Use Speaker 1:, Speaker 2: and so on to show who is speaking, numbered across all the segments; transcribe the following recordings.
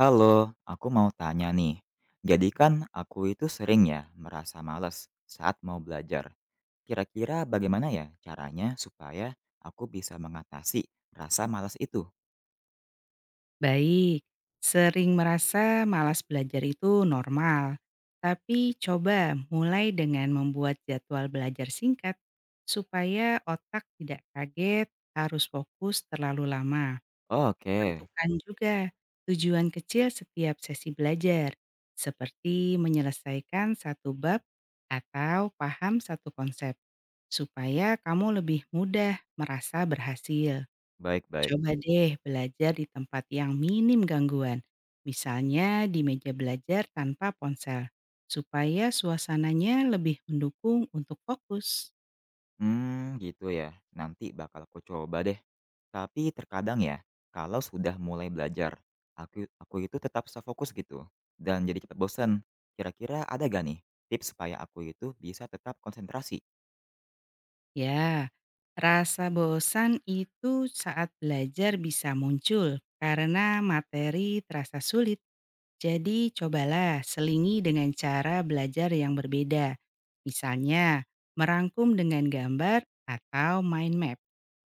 Speaker 1: Halo, aku mau tanya nih. Jadi kan aku itu sering ya merasa malas saat mau belajar. Kira-kira bagaimana ya caranya supaya aku bisa mengatasi rasa malas itu?
Speaker 2: Baik, sering merasa malas belajar itu normal. Tapi coba mulai dengan membuat jadwal belajar singkat supaya otak tidak kaget harus fokus terlalu lama.
Speaker 1: Oke,
Speaker 2: Tentukan juga tujuan kecil setiap sesi belajar, seperti menyelesaikan satu bab atau paham satu konsep, supaya kamu lebih mudah merasa berhasil.
Speaker 1: baik-baik.
Speaker 2: Coba deh belajar di tempat yang minim gangguan, misalnya di meja belajar tanpa ponsel, supaya suasananya lebih mendukung untuk fokus.
Speaker 1: Hmm, gitu ya. Nanti bakal aku coba deh. Tapi terkadang ya, kalau sudah mulai belajar, aku itu tetap susah fokus gitu dan jadi cepat bosan. Kira-kira ada gak nih tips supaya aku itu bisa tetap konsentrasi?
Speaker 2: Ya, rasa bosan itu saat belajar bisa muncul karena materi terasa sulit. Jadi cobalah selingi dengan cara belajar yang berbeda. Misalnya, merangkum dengan gambar atau mind map.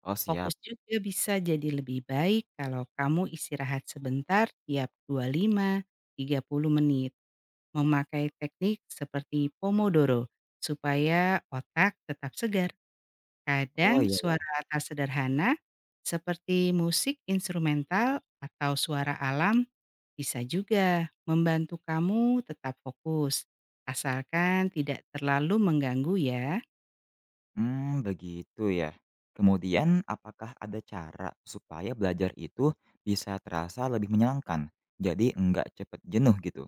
Speaker 1: Oh,
Speaker 2: Fokus
Speaker 1: siap.
Speaker 2: juga bisa jadi lebih baik kalau kamu istirahat sebentar tiap 25-30 menit. Memakai teknik seperti Pomodoro supaya otak tetap segar.
Speaker 1: Oh,
Speaker 2: Kadang
Speaker 1: iya.
Speaker 2: suara atas sederhana seperti musik instrumental atau suara alam bisa juga membantu kamu tetap fokus. Asalkan tidak terlalu mengganggu ya.
Speaker 1: Hmm begitu ya. Kemudian apakah ada cara supaya belajar itu bisa terasa lebih menyenangkan? Jadi enggak cepet jenuh gitu?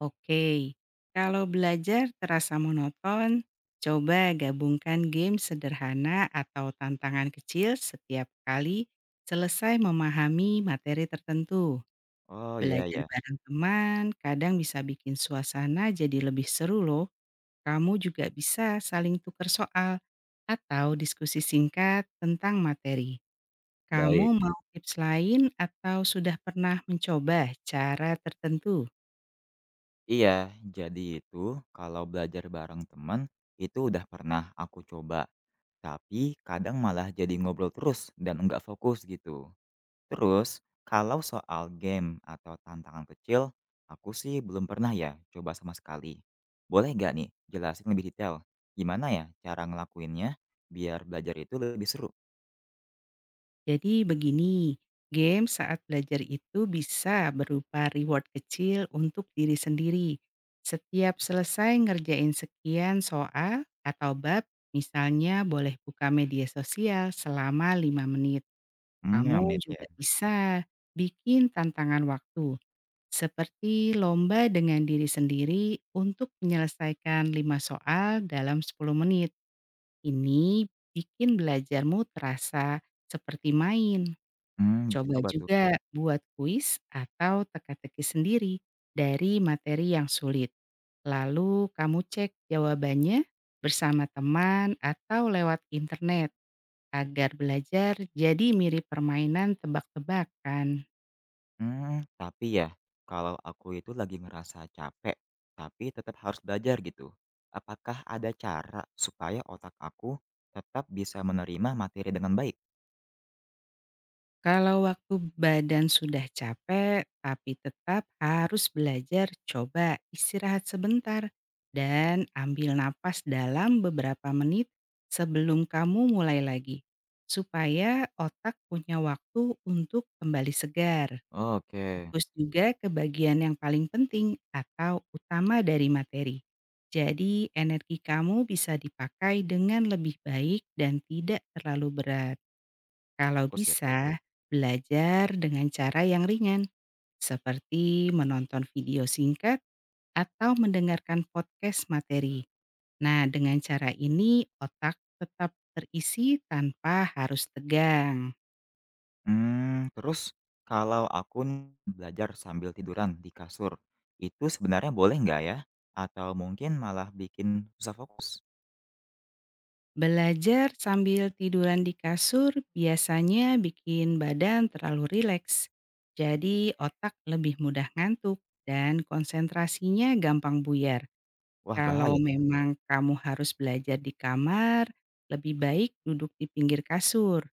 Speaker 2: Oke, kalau belajar terasa monoton, coba gabungkan game sederhana atau tantangan kecil setiap kali selesai memahami materi tertentu.
Speaker 1: Oh, iya
Speaker 2: Belajar
Speaker 1: ya,
Speaker 2: bareng teman kadang bisa bikin suasana jadi lebih seru loh. Kamu juga bisa saling tukar soal atau diskusi singkat tentang materi.
Speaker 1: baik.
Speaker 2: Kamu mau tips lain atau sudah pernah mencoba cara tertentu?
Speaker 1: Iya, jadi itu kalau belajar bareng teman, itu udah pernah aku coba, tapi kadang malah jadi ngobrol terus dan enggak fokus gitu. Terus, kalau soal game atau tantangan kecil, aku sih belum pernah ya coba sama sekali. Boleh nggak nih jelasin lebih detail? Gimana ya cara ngelakuinnya biar belajar itu lebih seru?
Speaker 2: Jadi begini, game saat belajar itu bisa berupa reward kecil untuk diri sendiri. Setiap selesai ngerjain sekian soal atau bab, misalnya boleh buka media sosial selama 5 menit.
Speaker 1: Hmm, 5
Speaker 2: Kamu juga
Speaker 1: ya.
Speaker 2: bisa bikin tantangan waktu, seperti lomba dengan diri sendiri untuk menyelesaikan 5 soal dalam 10 menit. Ini bikin belajarmu terasa seperti main.
Speaker 1: Hmm, bisa
Speaker 2: Coba
Speaker 1: coba tuh.
Speaker 2: juga buat kuis atau teka-teki sendiri dari materi yang sulit. Lalu kamu cek jawabannya bersama teman atau lewat internet agar belajar jadi mirip permainan tebak-tebakan.
Speaker 1: Hmm, tapi ya kalau aku itu lagi ngerasa capek, tapi tetap harus belajar gitu. Apakah ada cara supaya otak aku tetap bisa menerima materi dengan baik?
Speaker 2: Kalau waktu badan sudah capek, tapi tetap harus belajar, coba istirahat sebentar dan ambil napas dalam beberapa menit sebelum kamu mulai lagi, supaya otak punya waktu untuk kembali segar.
Speaker 1: Oke,
Speaker 2: Fokus juga ke bagian yang paling penting atau utama dari materi. Jadi, energi kamu bisa dipakai dengan lebih baik dan tidak terlalu berat. Kalau
Speaker 1: fokus ya.
Speaker 2: bisa, belajar dengan cara yang ringan, seperti menonton video singkat atau mendengarkan podcast materi. Nah, dengan cara ini otak tetap terisi tanpa harus tegang.
Speaker 1: Mmm, terus kalau aku belajar sambil tiduran di kasur, itu sebenarnya boleh nggak ya? Atau mungkin malah bikin susah fokus?
Speaker 2: Belajar sambil tiduran di kasur biasanya bikin badan terlalu rileks. Jadi otak lebih mudah ngantuk dan konsentrasinya gampang buyar.
Speaker 1: Wah,
Speaker 2: Kalau
Speaker 1: bahaya tuh
Speaker 2: memang kamu harus belajar di kamar, lebih baik duduk di pinggir kasur,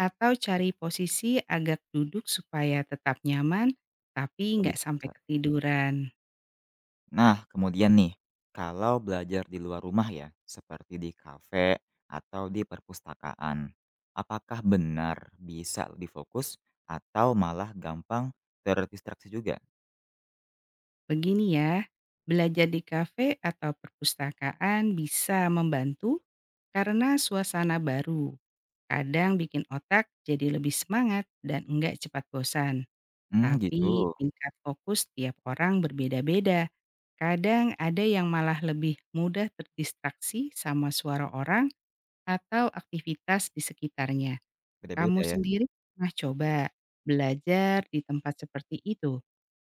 Speaker 2: atau cari posisi agak duduk supaya tetap nyaman, tapi
Speaker 1: kalau
Speaker 2: nggak sampai
Speaker 1: bisa-bisa.
Speaker 2: ketiduran.
Speaker 1: Nah kemudian nih, kalau belajar di luar rumah ya, seperti di kafe atau di perpustakaan, apakah benar bisa lebih fokus atau malah gampang terdistraksi juga?
Speaker 2: Begini ya, belajar di kafe atau perpustakaan bisa membantu karena suasana baru. Kadang bikin otak jadi lebih semangat dan enggak cepat bosan.
Speaker 1: Hmm, gitu,
Speaker 2: Tapi tingkat fokus tiap orang berbeda-beda. Kadang ada yang malah lebih mudah terdistraksi sama suara orang atau aktivitas di sekitarnya. Kamu
Speaker 1: beda-beda ya.
Speaker 2: sendiri pernah coba belajar di tempat seperti itu?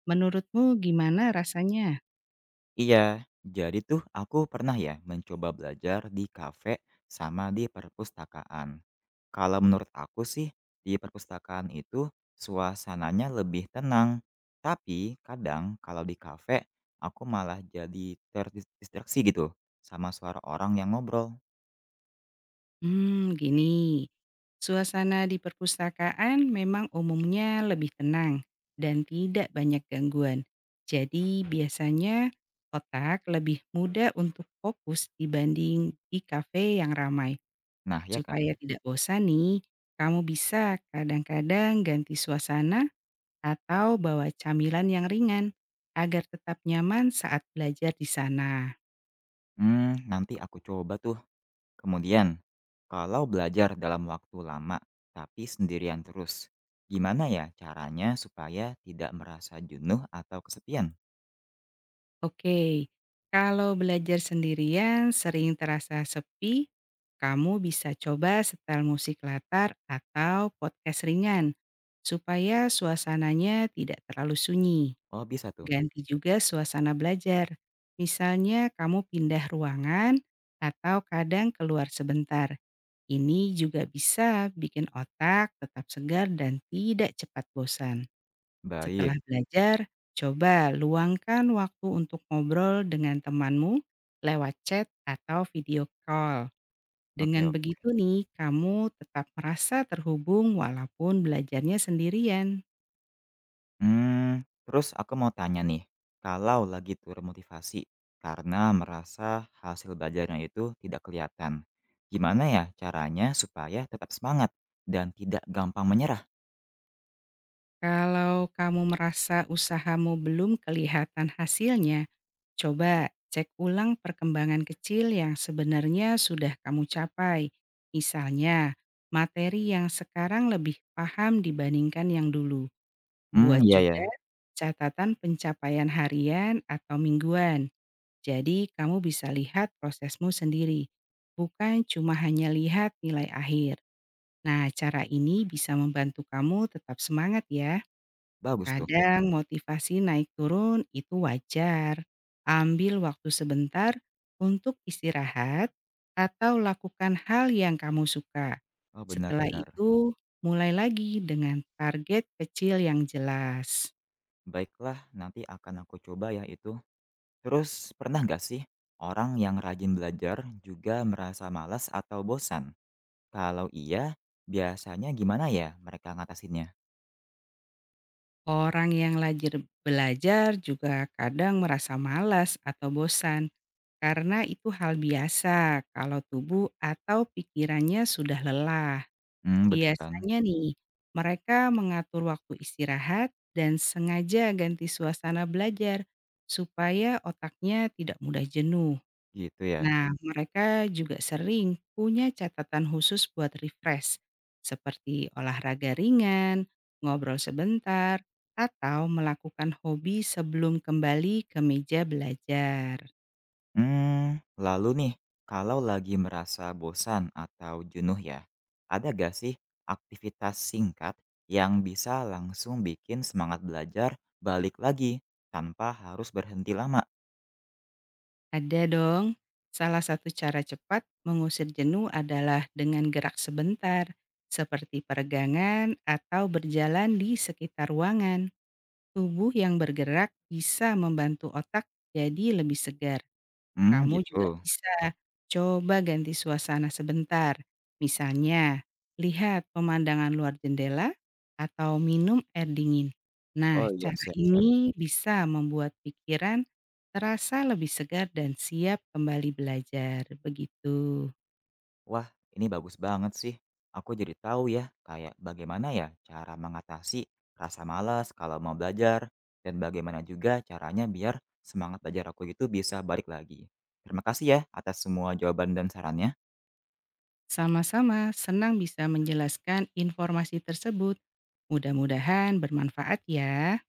Speaker 2: Menurutmu gimana rasanya?
Speaker 1: Iya, jadi tuh aku pernah ya mencoba belajar di kafe sama di perpustakaan. Kalau menurut aku sih, di perpustakaan itu suasananya lebih tenang. Tapi kadang kalau di kafe, aku malah jadi terdistraksi gitu sama suara orang yang ngobrol.
Speaker 2: Hmm, gini. Suasana di perpustakaan memang umumnya lebih tenang dan tidak banyak gangguan. Jadi biasanya otak lebih mudah untuk fokus dibanding di kafe yang ramai.
Speaker 1: Nah ya kan,
Speaker 2: Supaya tidak bosan nih, kamu bisa kadang-kadang ganti suasana atau bawa camilan yang ringan agar tetap nyaman saat belajar di sana.
Speaker 1: hmm, nanti aku coba tuh. Kemudian, kalau belajar dalam waktu lama tapi sendirian terus, gimana ya caranya supaya tidak merasa jenuh atau kesepian?
Speaker 2: Oke, kalau belajar sendirian sering terasa sepi, kamu bisa coba setel musik latar atau podcast ringan supaya suasananya tidak terlalu sunyi.
Speaker 1: Oh, bisa tuh.
Speaker 2: Ganti juga suasana belajar. Misalnya kamu pindah ruangan atau kadang keluar sebentar. Ini juga bisa bikin otak tetap segar dan tidak cepat bosan.
Speaker 1: Baik.
Speaker 2: Setelah belajar, coba luangkan waktu untuk ngobrol dengan temanmu lewat chat atau video call. Dengan
Speaker 1: Oke, oke.
Speaker 2: begitu nih, kamu tetap merasa terhubung walaupun belajarnya sendirian.
Speaker 1: Hmm, terus aku mau tanya nih, kalau lagi turun motivasi karena merasa hasil belajarnya itu tidak kelihatan, gimana ya caranya supaya tetap semangat dan tidak gampang menyerah?
Speaker 2: Kalau kamu merasa usahamu belum kelihatan hasilnya, coba cek ulang perkembangan kecil yang sebenarnya sudah kamu capai. Misalnya, materi yang sekarang lebih paham dibandingkan yang dulu.
Speaker 1: Hmm,
Speaker 2: Buat
Speaker 1: iya
Speaker 2: juga
Speaker 1: ya.
Speaker 2: catatan pencapaian harian atau mingguan. Jadi kamu bisa lihat prosesmu sendiri, bukan cuma hanya lihat nilai akhir. Nah, cara ini bisa membantu kamu tetap semangat ya.
Speaker 1: Bagus tuh.
Speaker 2: Kadang motivasi naik turun itu wajar. Ambil waktu sebentar untuk istirahat atau lakukan hal yang kamu suka.
Speaker 1: Oh,
Speaker 2: Setelah
Speaker 1: benar-benar.
Speaker 2: itu, mulai lagi dengan target kecil yang jelas.
Speaker 1: Baiklah, nanti akan aku coba ya itu. Terus pernah nggak sih orang yang rajin belajar juga merasa malas atau bosan? Kalau iya, biasanya gimana ya mereka ngatasinnya?
Speaker 2: Orang yang lajir belajar juga kadang merasa malas atau bosan, karena itu hal biasa kalau tubuh atau pikirannya sudah lelah.
Speaker 1: Hmm, bener kan?
Speaker 2: Biasanya nih, mereka mengatur waktu istirahat dan sengaja ganti suasana belajar supaya otaknya tidak mudah jenuh.
Speaker 1: Gitu ya.
Speaker 2: Nah, mereka juga sering punya catatan khusus buat refresh, seperti olahraga ringan, ngobrol sebentar, atau melakukan hobi sebelum kembali ke meja belajar.
Speaker 1: Hmm, lalu nih, kalau lagi merasa bosan atau jenuh ya, ada gak sih aktivitas singkat yang bisa langsung bikin semangat belajar balik lagi tanpa harus berhenti lama?
Speaker 2: Ada dong, salah satu cara cepat mengusir jenuh adalah dengan gerak sebentar, seperti peregangan atau berjalan di sekitar ruangan. Tubuh yang bergerak bisa membantu otak jadi lebih segar.
Speaker 1: Hmm,
Speaker 2: Kamu
Speaker 1: gitu.
Speaker 2: juga bisa coba ganti suasana sebentar. Misalnya, lihat pemandangan luar jendela atau minum air dingin. Nah,
Speaker 1: Oh iya,
Speaker 2: cara
Speaker 1: siap-siap.
Speaker 2: ini bisa membuat pikiran terasa lebih segar dan siap kembali belajar. Begitu.
Speaker 1: Wah, ini bagus banget sih. Aku jadi tahu ya, kayak bagaimana ya cara mengatasi rasa malas kalau mau belajar, dan bagaimana juga caranya biar semangat belajar aku itu bisa balik lagi. Terima kasih ya atas semua jawaban dan sarannya.
Speaker 2: Sama-sama, senang bisa menjelaskan informasi tersebut. Mudah-mudahan bermanfaat ya.